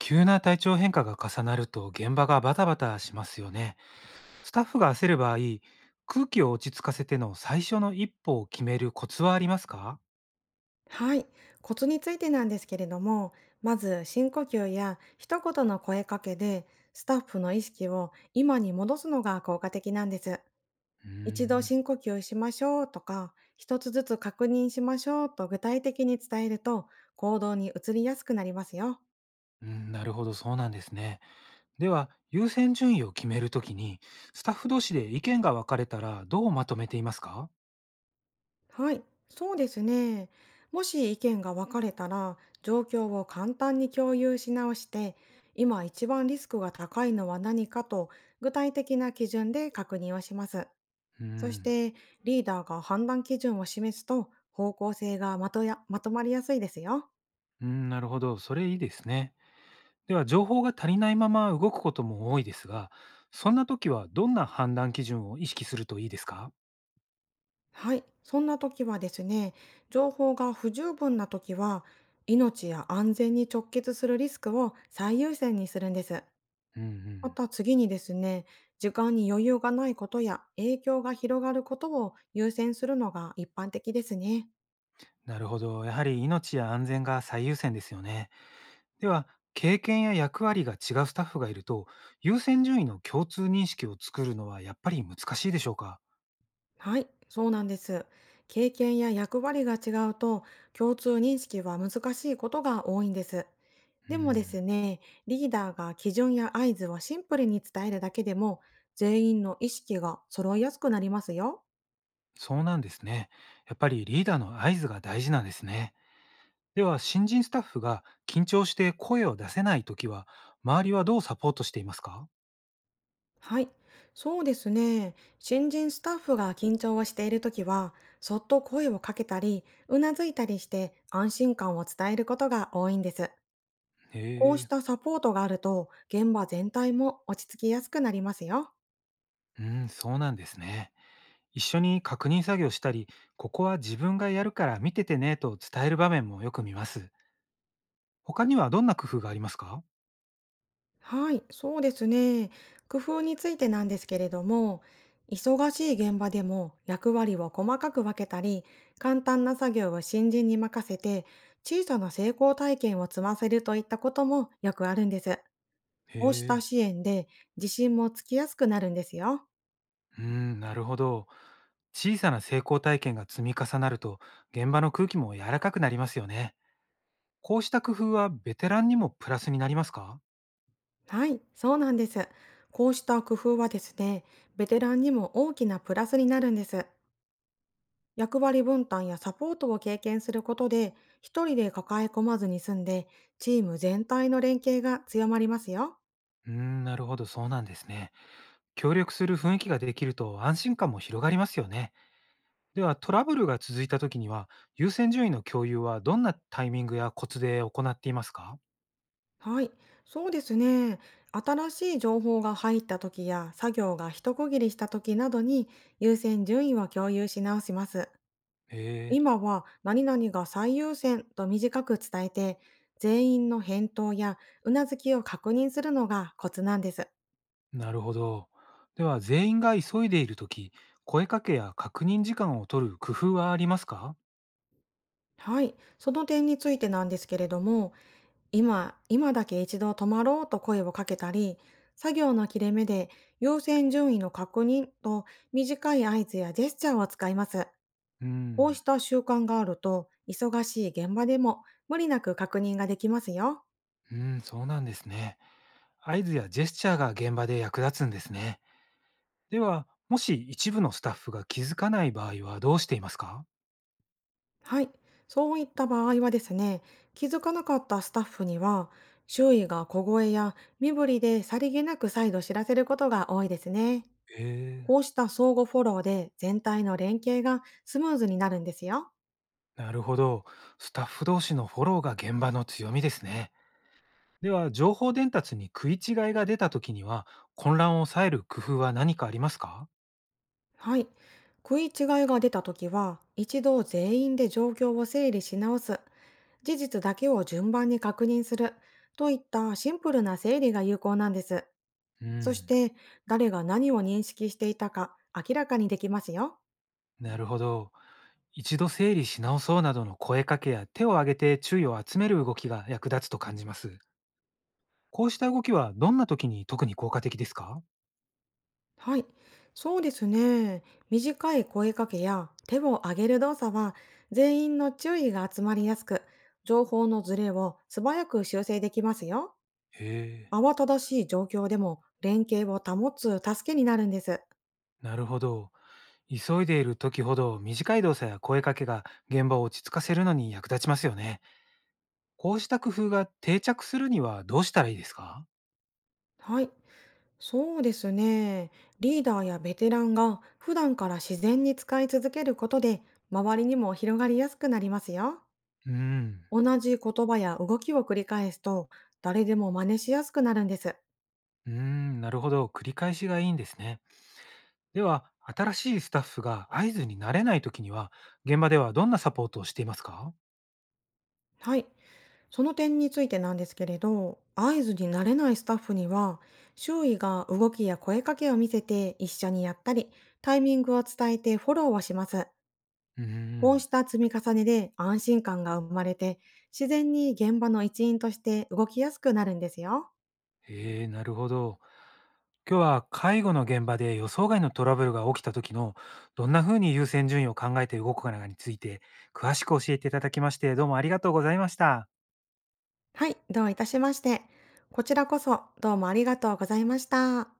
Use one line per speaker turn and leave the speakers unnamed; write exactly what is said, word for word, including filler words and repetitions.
急な体調変化が重なると現場がバタバタしますよね。スタッフが焦る場合、空気を落ち着かせての最初の一歩を決めるコツはありますか？
はい。コツについてなんですけれども、まず深呼吸や一言の声かけでスタッフの意識を今に戻すのが効果的なんです。
うー
一度
ん、
深呼吸しましょうとか、一つずつ確認しましょうと具体的に伝えると行動に移りやすくなりますよ。
うん、なるほど、そうなんですね。では、優先順位を決めるときに、スタッフ同士で意見が分かれたらどうまとめていますか？
はい、そうですね。もし意見が分かれたら、状況を簡単に共有し直して、今一番リスクが高いのは何かと具体的な基準で確認をします。
うー
そし
ん、
てリーダーが判断基準を示すと方向性がまとやまとまりやすいですよ。
うん、なるほど、それいいですね。では、情報が足りないまま動くことも多いですが、そんな時はどんな判断基準を意識するといいですか？
はい。そんな時はですね、情報が不十分な時は命や安全に直結するリスクを最優先にするんです。
うんう
ま
ん。
た次にですね、時間に余裕がないことや影響が広がることを優先するのが一般的ですね。
なるほど。やはり命や安全が最優先ですよね。では、経験や役割が違うスタッフがいると、優先順位の共通認識を作るのはやっぱり難しいでしょうか？
はい、そうなんです。経験や役割が違うと共通認識は難しいことが多いんです。
う
でもで
ん、
すね、リーダーが基準や合図をシンプルに伝えるだけでも全員の意識が揃いやすくなりますよ。
そうなんですね。やっぱりリーダーの合図が大事なんですね。では、新人スタッフが緊張して声を出せないときは、周りはどうサポートしていますか？
はい、そうですね。新人スタッフが緊張をしているときは、そっと声をかけたり、うなずいたりして安心感を伝えることが多いんです。
へ
こうしたサポートがあると、現場全体も落ち着きやすくなりますよ。
え、うん、そうなんですね。一緒に確認作業したり、ここは自分がやるから見ててねと伝える場面もよく見ます。他にはどんな工夫がありますか？
はい、そうですね。工夫についてなんですけれども、忙しい現場でも役割を細かく分けたり、簡単な作業を新人に任せて、小さな成功体験を積ませるといったこともよくあるんです。
へ
こうした支
え。
援で自信もつきやすくなるんですよ。
うーん、なるほど。小さな成功体験が積み重なると、現場の空気も柔らかくなりますよね。こうした工夫はベテランにもプラスになりますか？
はい、そうなんです。こうした工夫はですね、ベテランにも大きなプラスになるんです。役割分担やサポートを経験することで、一人で抱え込まずに済んで、チーム全体の連携が強まりますよ。
うーん、なるほど、そうなんですね。協力する雰囲気ができると安心感も広がりますよね。では、トラブルが続いた時には、優先順位の共有はどんなタイミングやコツで行っていますか？
はい、そうですね。新しい情報が入った時や作業が一区切りした時などに優先順位を共有し直します。
へえ。
今は何々が最優先と短く伝えて、全員の返答やうなずきを確認するのがコツなんです。
なるほど。では、全員が急いでいるとき、声かけや確認時間を取る工夫はありますか？
はい、その点についてなんですけれども、今、今だけ一度止まろうと声をかけたり、作業の切れ目で優先順位の確認と短い合図やジェスチャーを使います。
う
こう
ん、
した習慣があると、忙しい現場でも無理なく確認ができますよ。
うん、そうなんですね。合図やジェスチャーが現場で役立つんですね。では、もし一部のスタッフが気づかない場合はどうしていますか？
はい。そういった場合はですね、気づかなかったスタッフには、周囲が小声や身振りでさりげなく再度知らせることが多いですね。
え
こう
え。
した相互フォローで全体の連携がスムーズになるんですよ。
なるほど。スタッフ同士のフォローが現場の強みですね。では、情報伝達に食い違いが出たときには、混乱を抑える工夫は何かありますか？
はい。食い違いが出たときは、一度全員で状況を整理し直す、事実だけを順番に確認する、といったシンプルな整理が有効なんです。
う
そし
ん、
て、誰が何を認識していたか明らかにできますよ。
なるほど。一度整理し直そうなどの声かけや手を挙げて注意を集める動きが役立つと感じます。こうした動きはどんな時に特に効果的ですか？
はい、そうですね。短い声かけや手を挙げる動作は、全員の注意が集まりやすく、情報のズレを素早く修正できますよ。
へえ、
慌ただしい状況でも連携を保つ助けになるんです。
なるほど。急いでいる時ほど短い動作や声かけが現場を落ち着かせるのに役立ちますよね。こうした工夫が定着するにはどうしたらいいですか？
はい、そうですね。リーダーやベテランが普段から自然に使い続けることで周りにも広がりやすくなりますよ。
うーん、
同じ言葉や動きを繰り返すと誰でも真似しやすくなるんです。
うーん、なるほど。繰り返しがいいんですね。では、新しいスタッフが合図になれない時には、現場ではどんなサポートをしていますか？
はい。その点についてなんですけれど、合図になれないスタッフには周囲が動きや声かけを見せて一緒にやったり、タイミングを伝えてフォローをします。
うー
こう
ん。
した積み重ねで安心感が生まれて、自然に現場の一員として動きやすくなるんですよ。
へえ、なるほど。今日は介護の現場で予想外のトラブルが起きた時のどんな風に優先順位を考えて動くかについて詳しく教えていただきましてどうもありがとうございました。
はい、どういたしまして。こちらこそどうもありがとうございました。